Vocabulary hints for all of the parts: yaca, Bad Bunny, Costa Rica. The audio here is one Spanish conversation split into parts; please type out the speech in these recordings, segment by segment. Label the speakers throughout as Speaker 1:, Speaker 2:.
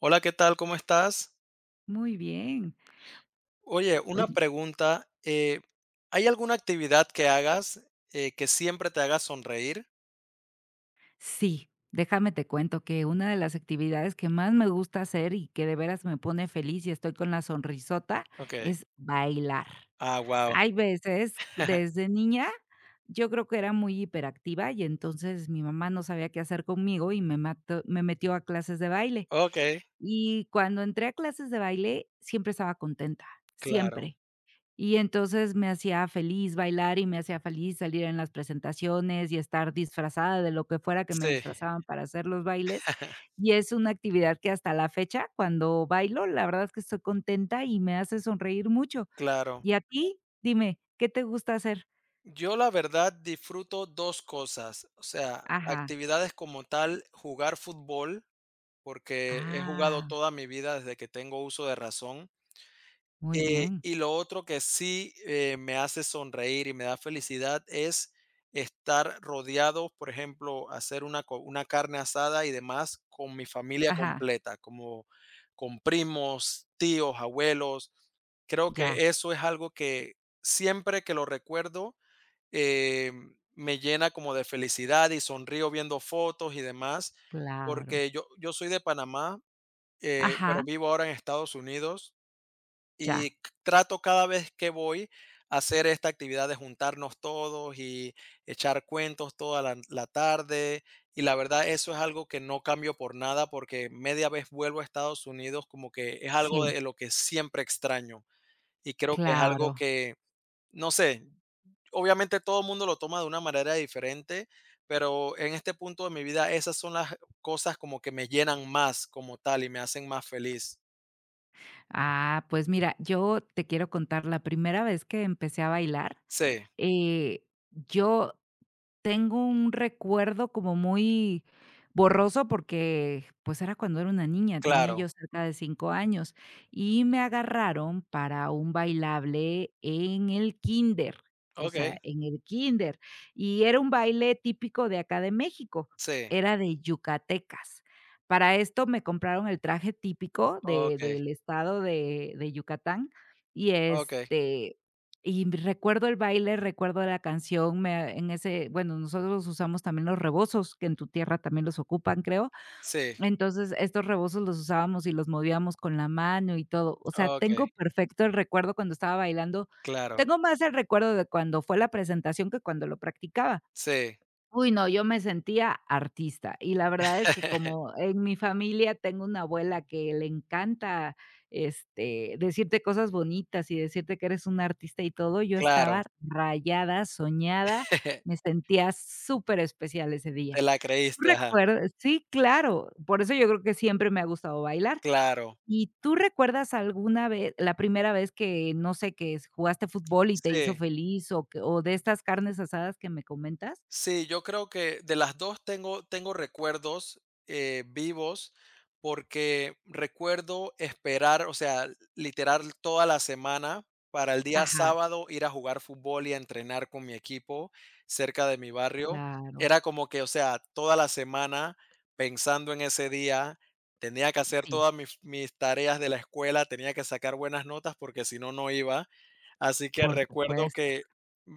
Speaker 1: Hola, ¿qué tal? ¿Cómo estás?
Speaker 2: Muy bien.
Speaker 1: Oye, una
Speaker 2: Oye,
Speaker 1: pregunta. ¿Hay alguna actividad que hagas que siempre te haga sonreír?
Speaker 2: sí, déjame te cuento que una de las actividades que más me gusta hacer y que de veras me pone feliz y estoy con la sonrisota
Speaker 1: Ok.
Speaker 2: es bailar.
Speaker 1: Ah, wow.
Speaker 2: Hay veces, desde niña, yo creo que era muy hiperactiva y entonces mi mamá no sabía qué hacer conmigo y me metió a clases de baile.
Speaker 1: Ok,
Speaker 2: Y cuando entré a clases de baile, siempre estaba contenta,
Speaker 1: claro.
Speaker 2: siempre. Y entonces me hacía feliz bailar y me hacía feliz salir en las presentaciones y estar disfrazada de lo que fuera que me
Speaker 1: Sí,
Speaker 2: disfrazaban para hacer los bailes. Y es una actividad que hasta la fecha, cuando bailo, la verdad es que estoy contenta y me hace sonreír mucho.
Speaker 1: claro.
Speaker 2: ¿Y a ti? Dime, ¿qué te gusta hacer?
Speaker 1: Yo la verdad disfruto dos cosas, o sea,
Speaker 2: Ajá.
Speaker 1: actividades como tal, jugar fútbol, porque he jugado
Speaker 2: Ah,
Speaker 1: toda mi vida desde que tengo uso de razón.
Speaker 2: muy
Speaker 1: Eh,
Speaker 2: bien.
Speaker 1: y lo otro que sí, me hace sonreír y me da felicidad es estar rodeado, por ejemplo, hacer una co una carne asada y demás con mi familia
Speaker 2: Ajá,
Speaker 1: completa, como con primos, tíos, abuelos. Creo
Speaker 2: ya,
Speaker 1: que eso es algo que siempre que lo recuerdo, eh, me llena como de felicidad y sonrío viendo fotos y demás,
Speaker 2: claro.
Speaker 1: porque yo soy de Panamá,
Speaker 2: Ajá,
Speaker 1: pero vivo ahora en Estados Unidos. Y
Speaker 2: ya,
Speaker 1: c Trato cada vez que voy a hacer esta actividad de juntarnos todos y echar cuentos toda la tarde. Y la verdad, eso es algo que no cambio por nada, porque media vez vuelvo a Estados Unidos, como que es algo
Speaker 2: sí,
Speaker 1: de lo que siempre extraño. Y creo que es algo
Speaker 2: claro.
Speaker 1: que, no sé, obviamente todo el mundo lo toma de una manera diferente, pero en este punto de mi vida esas son las cosas como que me llenan más como tal y me hacen más feliz.
Speaker 2: Ah, pues mira, yo te quiero contar la primera vez que empecé a bailar,
Speaker 1: Sí,
Speaker 2: eh, yo tengo un recuerdo como muy borroso porque, pues, era cuando era una niña, tenía yo
Speaker 1: claro.
Speaker 2: cerca de 5 años, y me agarraron para un bailable en el kinder, o sea,
Speaker 1: Okey,
Speaker 2: en el kinder y era un baile típico de acá de México,
Speaker 1: sí.
Speaker 2: era de yucatecas. Para esto me compraron el traje típico de
Speaker 1: Okey,
Speaker 2: del estado de Yucatán y,
Speaker 1: okey.
Speaker 2: este y m recuerdo el baile, recuerdo la canción, me en ese bueno, nosotros usamos también los rebozos, que en tu tierra también los ocupan, creo.
Speaker 1: Sí,
Speaker 2: Entonces, estos rebozos los usábamos y los movíamos con la mano y todo. O sea,
Speaker 1: okey,
Speaker 2: tengo perfecto el recuerdo cuando estaba bailando.
Speaker 1: claro.
Speaker 2: Tengo más el recuerdo de cuando fue la presentación que cuando lo practicaba.
Speaker 1: Sí,
Speaker 2: Uy, no, yo me sentía artista. Y la verdad es que como en mi familia tengo una abuela que le encanta, este, decirte cosas bonitas y decirte que eres una artista y todo, yo estaba
Speaker 1: claro.
Speaker 2: rayada, soñada, me sentía súper especial ese
Speaker 1: Te
Speaker 2: día.
Speaker 1: la
Speaker 2: ¿Tú
Speaker 1: creíste, ajá,
Speaker 2: recuerdas? Sí, claro, por eso yo creo que siempre me ha gustado bailar.
Speaker 1: claro.
Speaker 2: ¿Y tú recuerdas alguna vez, la primera vez que, no sé, que s jugaste fútbol y te hizo
Speaker 1: Sí.
Speaker 2: feliz o que o de estas carnes asadas que me comentas?
Speaker 1: Sí, yo creo que de las 2 tengo recuerdos, vivos, porque recuerdo esperar, o sea, literal toda la semana para el día
Speaker 2: Ajá.
Speaker 1: sábado ir a jugar fútbol y a entrenar con mi equipo cerca de mi barrio.
Speaker 2: Claro,
Speaker 1: Era como que, o sea, toda la semana pensando en ese día, tenía que hacer
Speaker 2: sí,
Speaker 1: todas mis tareas de la escuela, tenía que sacar buenas notas porque si no, no iba. Así que
Speaker 2: por
Speaker 1: recuerdo
Speaker 2: supuesto.
Speaker 1: que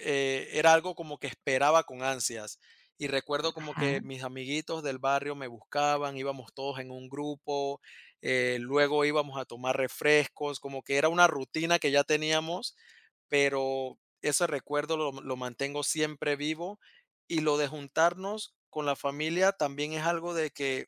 Speaker 1: era algo como que esperaba con ansias. Y recuerdo como
Speaker 2: Ajá,
Speaker 1: que mis amiguitos del barrio me buscaban, íbamos todos en un grupo, luego íbamos a tomar refrescos, como que era una rutina que ya teníamos, pero ese recuerdo lo mantengo siempre vivo. Y lo de juntarnos con la familia también es algo de que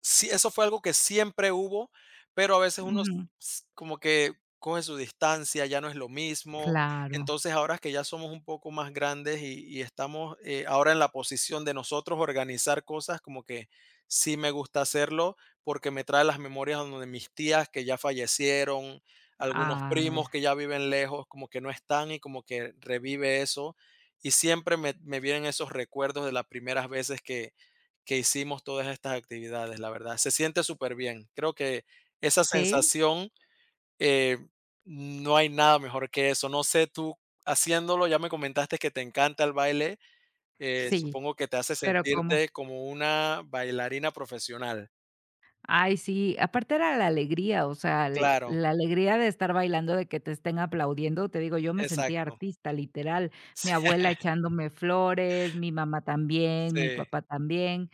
Speaker 1: sí, eso fue algo que siempre hubo, pero a veces uno
Speaker 2: ujú,
Speaker 1: s como que coge su distancia, ya no es lo mismo.
Speaker 2: claro.
Speaker 1: Entonces, ahora que ya somos un poco más grandes y estamos, ahora en la posición de nosotros organizar cosas, como que sí me gusta hacerlo, porque me trae las memorias donde mis tías que ya fallecieron, algunos
Speaker 2: Ay,
Speaker 1: primos que ya viven lejos, como que no están y como que revive eso. Y siempre me vienen esos recuerdos de las primeras veces que hicimos todas estas actividades, la verdad. Se siente súper bien. Creo que esa
Speaker 2: sí,
Speaker 1: sensación, eh, no hay nada mejor que eso. No sé, tú haciéndolo, ya me comentaste que te encanta el baile,
Speaker 2: sí,
Speaker 1: supongo que te hace
Speaker 2: pero cómo
Speaker 1: sentirte como una bailarina profesional.
Speaker 2: ay, sí, aparte era la alegría, o sea, l
Speaker 1: Claro,
Speaker 2: la alegría de estar bailando, de que te estén aplaudiendo, te digo, yo me sentía
Speaker 1: exacto.
Speaker 2: artista, literal, mi abuela echándome flores, mi mamá también, mi
Speaker 1: Sí, sí,
Speaker 2: papá también,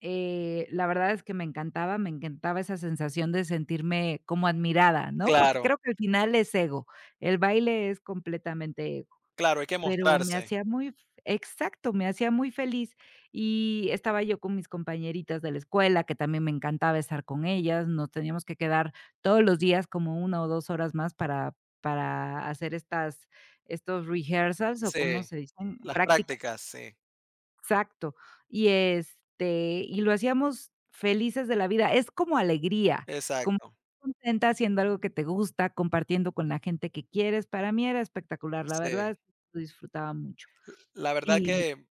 Speaker 2: la verdad es que me encantaba esa sensación de sentirme como admirada, ¿no? Porque
Speaker 1: claro,
Speaker 2: creo que al final es ego, el baile es completamente ego.
Speaker 1: claro, hay que
Speaker 2: Pero me
Speaker 1: mostrarse.
Speaker 2: hacía muy f Exacto, me hacía muy feliz, y estaba yo con mis compañeritas de la escuela, que también me encantaba estar con ellas, nos teníamos que quedar todos los días como 1 o 2 horas más para hacer estas estos rehearsals, o ¿cómo
Speaker 1: Sí,
Speaker 2: se dicen?
Speaker 1: las
Speaker 2: Prácticas.
Speaker 1: prácticas, sí,
Speaker 2: Exacto. Y, este, y lo hacíamos felices de la vida, es como alegría, como
Speaker 1: exacto.
Speaker 2: contenta haciendo algo que te gusta, compartiendo con la gente que quieres, para mí era espectacular, la
Speaker 1: Sí,
Speaker 2: verdad, lo disfrutaba mucho.
Speaker 1: la verdad
Speaker 2: Y
Speaker 1: que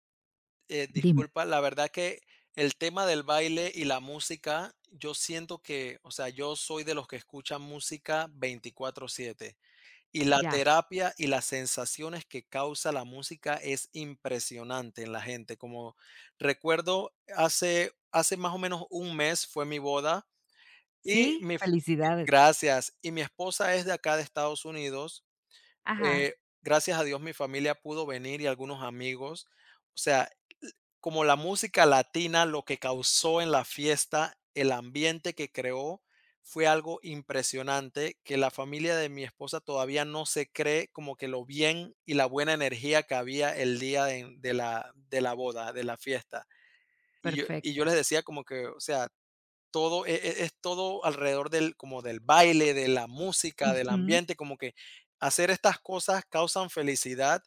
Speaker 2: Dime.
Speaker 1: Disculpa, la verdad que el tema del baile y la música, yo siento que, o sea, yo soy de los que escuchan música 24/7 y la
Speaker 2: Ya.
Speaker 1: terapia y las sensaciones que causa la música es impresionante en la gente. Como recuerdo, hace más o menos un mes fue mi boda y
Speaker 2: ¿Sí?
Speaker 1: mi,
Speaker 2: Felicidades.
Speaker 1: gracias, y mi esposa es de acá de Estados Unidos.
Speaker 2: Ajá,
Speaker 1: eh, gracias a Dios mi familia pudo venir y algunos amigos. O sea, como la música latina, lo que causó en la fiesta, el ambiente que creó, fue algo impresionante que la familia de mi esposa todavía no se cree como que lo bien y la buena energía que había el día de la boda, de la fiesta. Y
Speaker 2: perfecto.
Speaker 1: yo les decía como que, o sea, todo es, todo alrededor del, como del baile, de la música, del
Speaker 2: Ujú,
Speaker 1: ambiente, como que hacer estas cosas causan felicidad.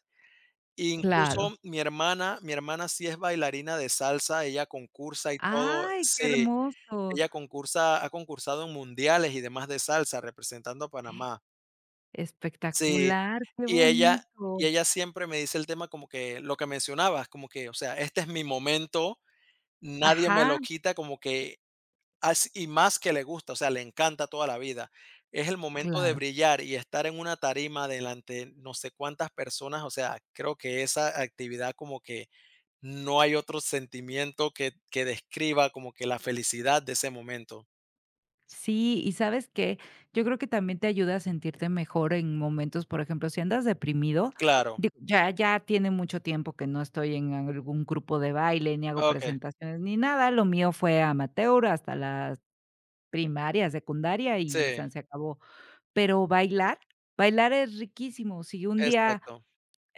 Speaker 2: claro.
Speaker 1: Incluso mi hermana sí es bailarina de salsa, ella concursa y todo.
Speaker 2: Ay, qué
Speaker 1: Sí,
Speaker 2: hermoso.
Speaker 1: ella concursa ha concursado en mundiales y demás de salsa representando a Panamá. Sí,
Speaker 2: Espectacular, qué
Speaker 1: y ella y
Speaker 2: bonito.
Speaker 1: ella siempre me dice el tema como que lo que mencionabas, como que, o sea, este es mi momento, nadie me
Speaker 2: Ajá,
Speaker 1: lo quita, como que as y más que le gusta, o sea, le encanta toda la vida. Es el momento de
Speaker 2: claro.
Speaker 1: brillar y estar en una tarima delante no sé cuántas personas, o sea, creo que esa actividad como que no hay otro sentimiento que describa como que la felicidad de ese momento.
Speaker 2: Sí, y ¿sabes qué? Yo creo que también te ayuda a sentirte mejor en momentos, por ejemplo, si andas deprimido,
Speaker 1: Claro,
Speaker 2: digo, ya tiene mucho tiempo que no estoy en algún grupo de baile, ni hago
Speaker 1: okey,
Speaker 2: presentaciones, ni nada. Lo mío fue amateur hasta la primaria, secundaria y
Speaker 1: sí,
Speaker 2: san se acabó. Pero bailar, Bailar es riquísimo. Si un día,
Speaker 1: exacto,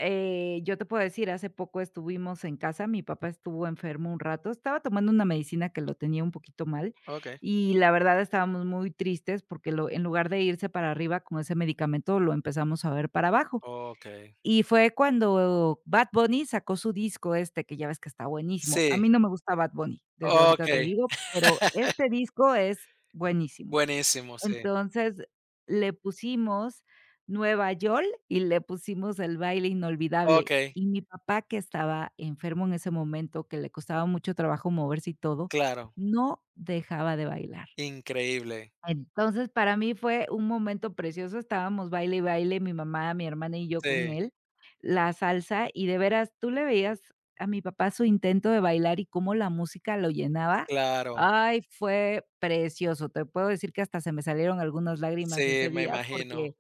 Speaker 2: yo te puedo decir, hace poco estuvimos en casa, mi papá estuvo enfermo un rato, estaba tomando una medicina que lo tenía un poquito mal,
Speaker 1: okey,
Speaker 2: y la verdad estábamos muy tristes porque lo en lugar de irse para arriba con ese medicamento, lo empezamos a ver para abajo.
Speaker 1: okey,
Speaker 2: Y fue cuando Bad Bunny sacó su disco este, que ya ves que está buenísimo. A
Speaker 1: sí,
Speaker 2: mí no me gusta Bad Bunny, desde ahorita te
Speaker 1: okey,
Speaker 2: digo, pero este disco es buenísimo.
Speaker 1: buenísimo, sí,
Speaker 2: Entonces, le pusimos Nueva York y le pusimos El baile inolvidable.
Speaker 1: okey,
Speaker 2: Y mi papá, que estaba enfermo en ese momento, que le costaba mucho trabajo moverse y todo,
Speaker 1: claro,
Speaker 2: no dejaba de bailar.
Speaker 1: increíble,
Speaker 2: Entonces, para mí fue un momento precioso, estábamos baile y baile, mi mamá, mi hermana y yo con
Speaker 1: sí,
Speaker 2: él, la salsa, y de veras, tú le veías a mi papá su intento de bailar y cómo la música lo llenaba.
Speaker 1: claro,
Speaker 2: Ay, fue precioso. Te puedo decir que hasta se me salieron algunas lágrimas
Speaker 1: sí,
Speaker 2: ese
Speaker 1: me
Speaker 2: día
Speaker 1: imagino,
Speaker 2: porque,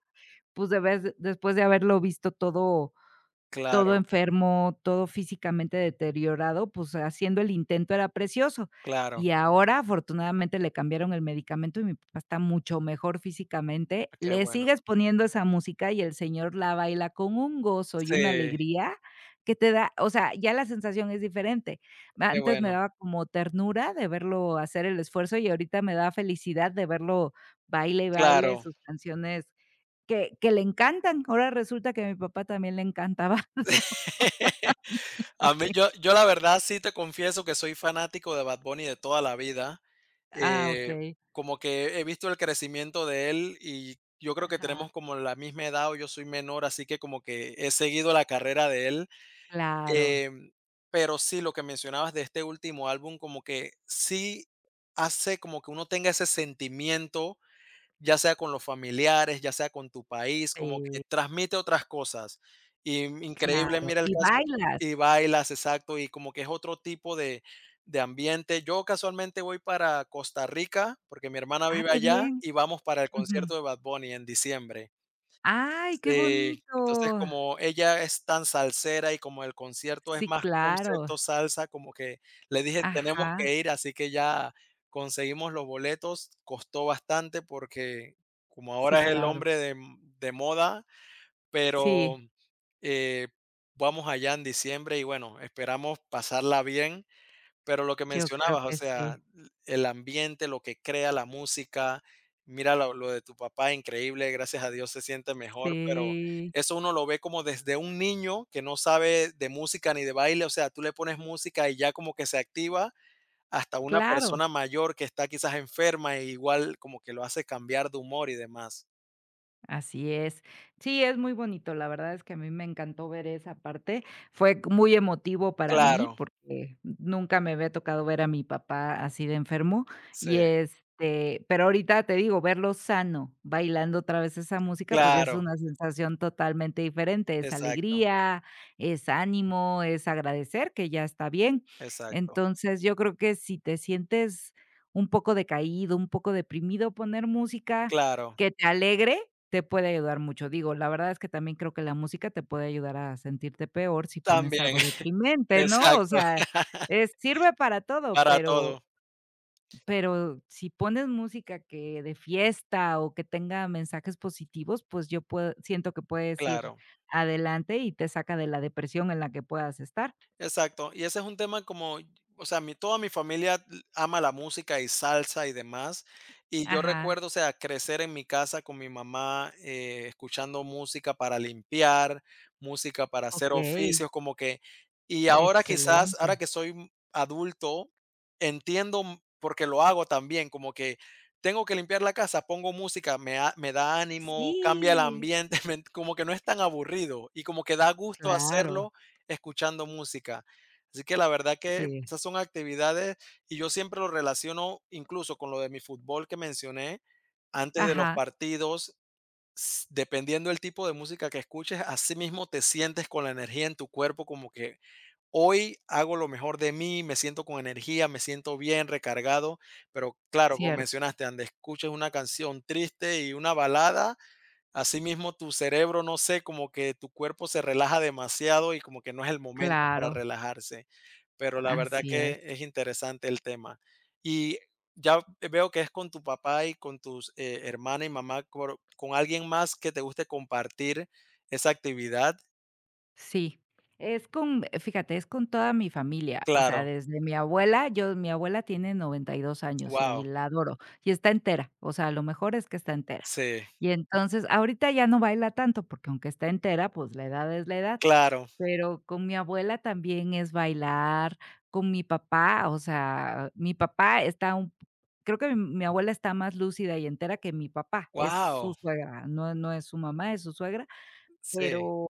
Speaker 2: pues, de vez después de haberlo visto todo
Speaker 1: claro,
Speaker 2: enfermo, todo físicamente deteriorado, pues, haciendo el intento era precioso.
Speaker 1: claro,
Speaker 2: Y ahora, afortunadamente, le cambiaron el medicamento y mi papá está mucho mejor físicamente.
Speaker 1: ah, qué
Speaker 2: Le
Speaker 1: bueno,
Speaker 2: sigues poniendo esa música y el señor la baila con un gozo y una
Speaker 1: sí,
Speaker 2: alegría que te da, o sea, ya la sensación es diferente. Ma-
Speaker 1: qué
Speaker 2: Antes me
Speaker 1: bueno,
Speaker 2: daba como ternura de verlo hacer el esfuerzo y ahorita me da felicidad de verlo baile y baile
Speaker 1: claro.
Speaker 2: sus canciones que le encantan. Ahora resulta que a mi papá también le encantaba.
Speaker 1: A mí yo la verdad sí te confieso que soy fanático de Bad Bunny de toda la vida.
Speaker 2: Ah,
Speaker 1: Eh,
Speaker 2: okey.
Speaker 1: Como que he visto el crecimiento de él y yo creo que
Speaker 2: Ajá.
Speaker 1: tenemos como la misma edad o yo soy menor, así que como que he seguido la carrera de él.
Speaker 2: Claro,
Speaker 1: Em, pero sí, lo que mencionabas de este último álbum, como que sí hace como que uno tenga ese sentimiento ya sea con los familiares, ya sea con tu país, como que
Speaker 2: sí,
Speaker 1: transmite otras cosas. Increíble,
Speaker 2: claro.
Speaker 1: mira el
Speaker 2: ¿Y
Speaker 1: caso
Speaker 2: bailas?
Speaker 1: y bailas, exacto, y como que es otro tipo de ambiente. Yo casualmente voy para Costa Rica porque mi hermana
Speaker 2: Ah,
Speaker 1: vive
Speaker 2: qué
Speaker 1: allá
Speaker 2: bien.
Speaker 1: y vamos para el
Speaker 2: Ujú.
Speaker 1: concierto de Bad Bunny en diciembre.
Speaker 2: Ay, qué
Speaker 1: Sí, entonces
Speaker 2: bonito.
Speaker 1: como ella es tan salsera y como el concierto es
Speaker 2: Sí,
Speaker 1: más
Speaker 2: claro.
Speaker 1: concepto salsa, como que le dije: "Tenemos
Speaker 2: Ajá.
Speaker 1: que ir", así que ya conseguimos los boletos, costó bastante porque como
Speaker 2: Sí,
Speaker 1: ahora es el
Speaker 2: claro.
Speaker 1: hombre de moda, pero,
Speaker 2: Sí,
Speaker 1: eh, vamos allá en diciembre y bueno, esperamos pasarla bien. Pero lo que
Speaker 2: yo creo
Speaker 1: mencionabas, o
Speaker 2: que
Speaker 1: sea,
Speaker 2: sí.
Speaker 1: el ambiente, lo que crea la música, mira lo de tu papá, increíble, gracias a Dios se siente mejor, pero
Speaker 2: Sí,
Speaker 1: eso uno lo ve como desde un niño que no sabe de música ni de baile, o sea, tú le pones música y ya como que se activa, hasta una
Speaker 2: claro.
Speaker 1: persona mayor que está quizás enferma e igual como que lo hace cambiar de humor y demás.
Speaker 2: Así es. Sí, es muy bonito. La verdad es que a mí me encantó ver esa parte. Muy emotivo para mí
Speaker 1: Claro,
Speaker 2: porque nunca me había tocado ver a mi papá así de enfermo
Speaker 1: sí,
Speaker 2: y, este, pero ahorita te digo, verlo sano, bailando otra vez esa música, pues ya es
Speaker 1: claro,
Speaker 2: una sensación totalmente diferente, es
Speaker 1: exacto,
Speaker 2: alegría, es ánimo, es agradecer que ya está bien.
Speaker 1: exacto,
Speaker 2: Entonces, yo creo que si te sientes un poco decaído, un poco deprimido, poner música
Speaker 1: claro,
Speaker 2: que te alegre te puede ayudar mucho. Digo, la verdad es que también creo que la música te puede ayudar a sentirte peor si pones
Speaker 1: también,
Speaker 2: algo deprimente, ¿no? O
Speaker 1: exacto,
Speaker 2: sea, es sirve para todo,
Speaker 1: para todo,
Speaker 2: pero si pones música que de fiesta o que tenga mensajes positivos, pues yo puedo siento que puedes ir
Speaker 1: claro.
Speaker 2: adelante y te saca de la depresión en la que puedas estar.
Speaker 1: Exacto, y ese es un tema como, o sea, mi toda mi familia ama la música y salsa y demás, y yo
Speaker 2: Ajá,
Speaker 1: recuerdo, o sea, crecer en mi casa con mi mamá escuchando música para limpiar, música para hacer
Speaker 2: okey,
Speaker 1: oficios, como que, y ahora quizás, ahora
Speaker 2: excelente.
Speaker 1: que soy adulto, porque lo hago también, como que tengo que limpiar la casa, pongo música, me da ánimo, cambia el
Speaker 2: Sí,
Speaker 1: ambiente, como que no es tan aburrido y como que da gusto
Speaker 2: claro,
Speaker 1: hacerlo escuchando música. Así que la verdad que
Speaker 2: sí.
Speaker 1: esas son actividades y yo siempre lo relaciono incluso con lo de mi fútbol que mencioné antes de los
Speaker 2: Ajá,
Speaker 1: partidos. Dependiendo del tipo de música que escuches, así mismo te sientes con la energía en tu cuerpo, como que hoy hago lo mejor de mí, me siento con energía, me siento bien, recargado. Pero claro, como
Speaker 2: cierto,
Speaker 1: mencionaste, donde escuches una canción triste y una balada, asimismo, tu cerebro, no sé, como que tu cuerpo se relaja demasiado y como que no es el momento para
Speaker 2: claro,
Speaker 1: relajarse, pero la verdad
Speaker 2: así
Speaker 1: que
Speaker 2: es.
Speaker 1: es interesante el tema. Y ya veo que es con tu papá y con tus hermana y mamá, con alguien más que te guste compartir esa actividad.
Speaker 2: Sí, es con fíjate, es con toda mi familia, o
Speaker 1: Claro,
Speaker 2: sea, desde mi abuela, yo mi abuela tiene 92 años y
Speaker 1: wow,
Speaker 2: la adoro, y está entera, o sea, lo mejor es que está entera.
Speaker 1: sí,
Speaker 2: Y entonces, ahorita ya no baila tanto, porque aunque está entera, pues, la edad es la edad,
Speaker 1: claro,
Speaker 2: pero con mi abuela también es bailar, con mi papá, o sea, mi papá está un creo que mi abuela está más lúcida y entera que mi papá, es su
Speaker 1: wow,
Speaker 2: suegra, no es su mamá, es su suegra,
Speaker 1: sí,
Speaker 2: pero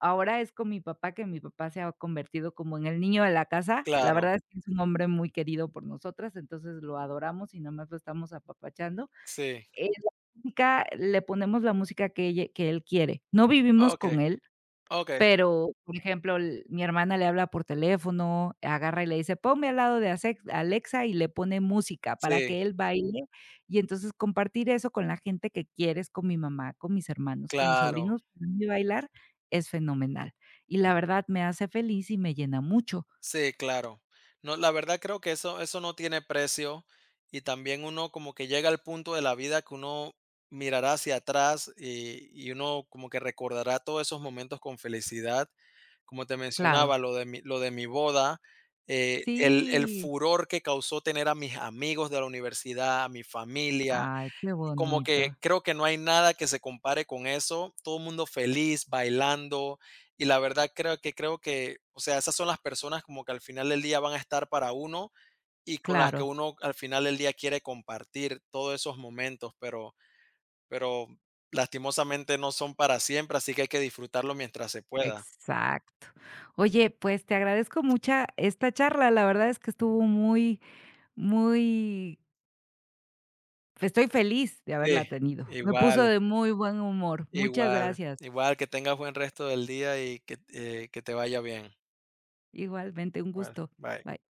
Speaker 2: ahora es con mi papá, que mi papá se ha convertido como en el niño de la casa. La
Speaker 1: claro,
Speaker 2: verdad es que es un hombre muy querido por nosotras, entonces lo adoramos y nada más lo estamos apapachando.
Speaker 1: sí,
Speaker 2: La música, le ponemos la música que ella que él quiere. No vivimos
Speaker 1: ok,
Speaker 2: con él,
Speaker 1: ok,
Speaker 2: pero, por ejemplo, l mi hermana le habla por teléfono, agarra y le dice: "Ponme al lado de Asex Alexa", y le pone música para
Speaker 1: sí,
Speaker 2: que él baile, y entonces compartir eso con la gente que quieres, con mi mamá, con mis hermanos, con mis
Speaker 1: claro.
Speaker 2: sobrinos, para mí bailar es fenomenal. Y la verdad me hace feliz y me llena mucho,
Speaker 1: Sí, claro. No, la verdad creo que eso no tiene precio y también uno como que llega al punto de la vida que uno mirará hacia atrás y uno como que recordará todos esos momentos con felicidad. Como te
Speaker 2: claro.
Speaker 1: mencionaba, lo de mi boda, el
Speaker 2: Sí.
Speaker 1: furor que causó tener a mis amigos de la universidad, a mi familia,
Speaker 2: Ay, qué
Speaker 1: como que
Speaker 2: bonito.
Speaker 1: creo que no hay nada que se compare con eso. Todo el mundo feliz, bailando. Y la verdad creo que, o sea, esas son las personas como que al final del día van a estar para uno y con las que
Speaker 2: Claro,
Speaker 1: uno al final del día quiere compartir todos esos momentos, pero lastimosamente no son para siempre, así que hay que disfrutarlo mientras se pueda.
Speaker 2: exacto. Oye, pues, te agradezco mucha esta charla, la verdad es que estuvo muy, muy Estoy feliz de haberla
Speaker 1: Sí,
Speaker 2: tenido. Me puso
Speaker 1: igual,
Speaker 2: de muy buen humor. Muchas
Speaker 1: igual,
Speaker 2: gracias.
Speaker 1: igual, que tengas buen resto del día y que te vaya bien.
Speaker 2: Igualmente, un
Speaker 1: Bueno,
Speaker 2: gusto.
Speaker 1: bye.
Speaker 2: Bye.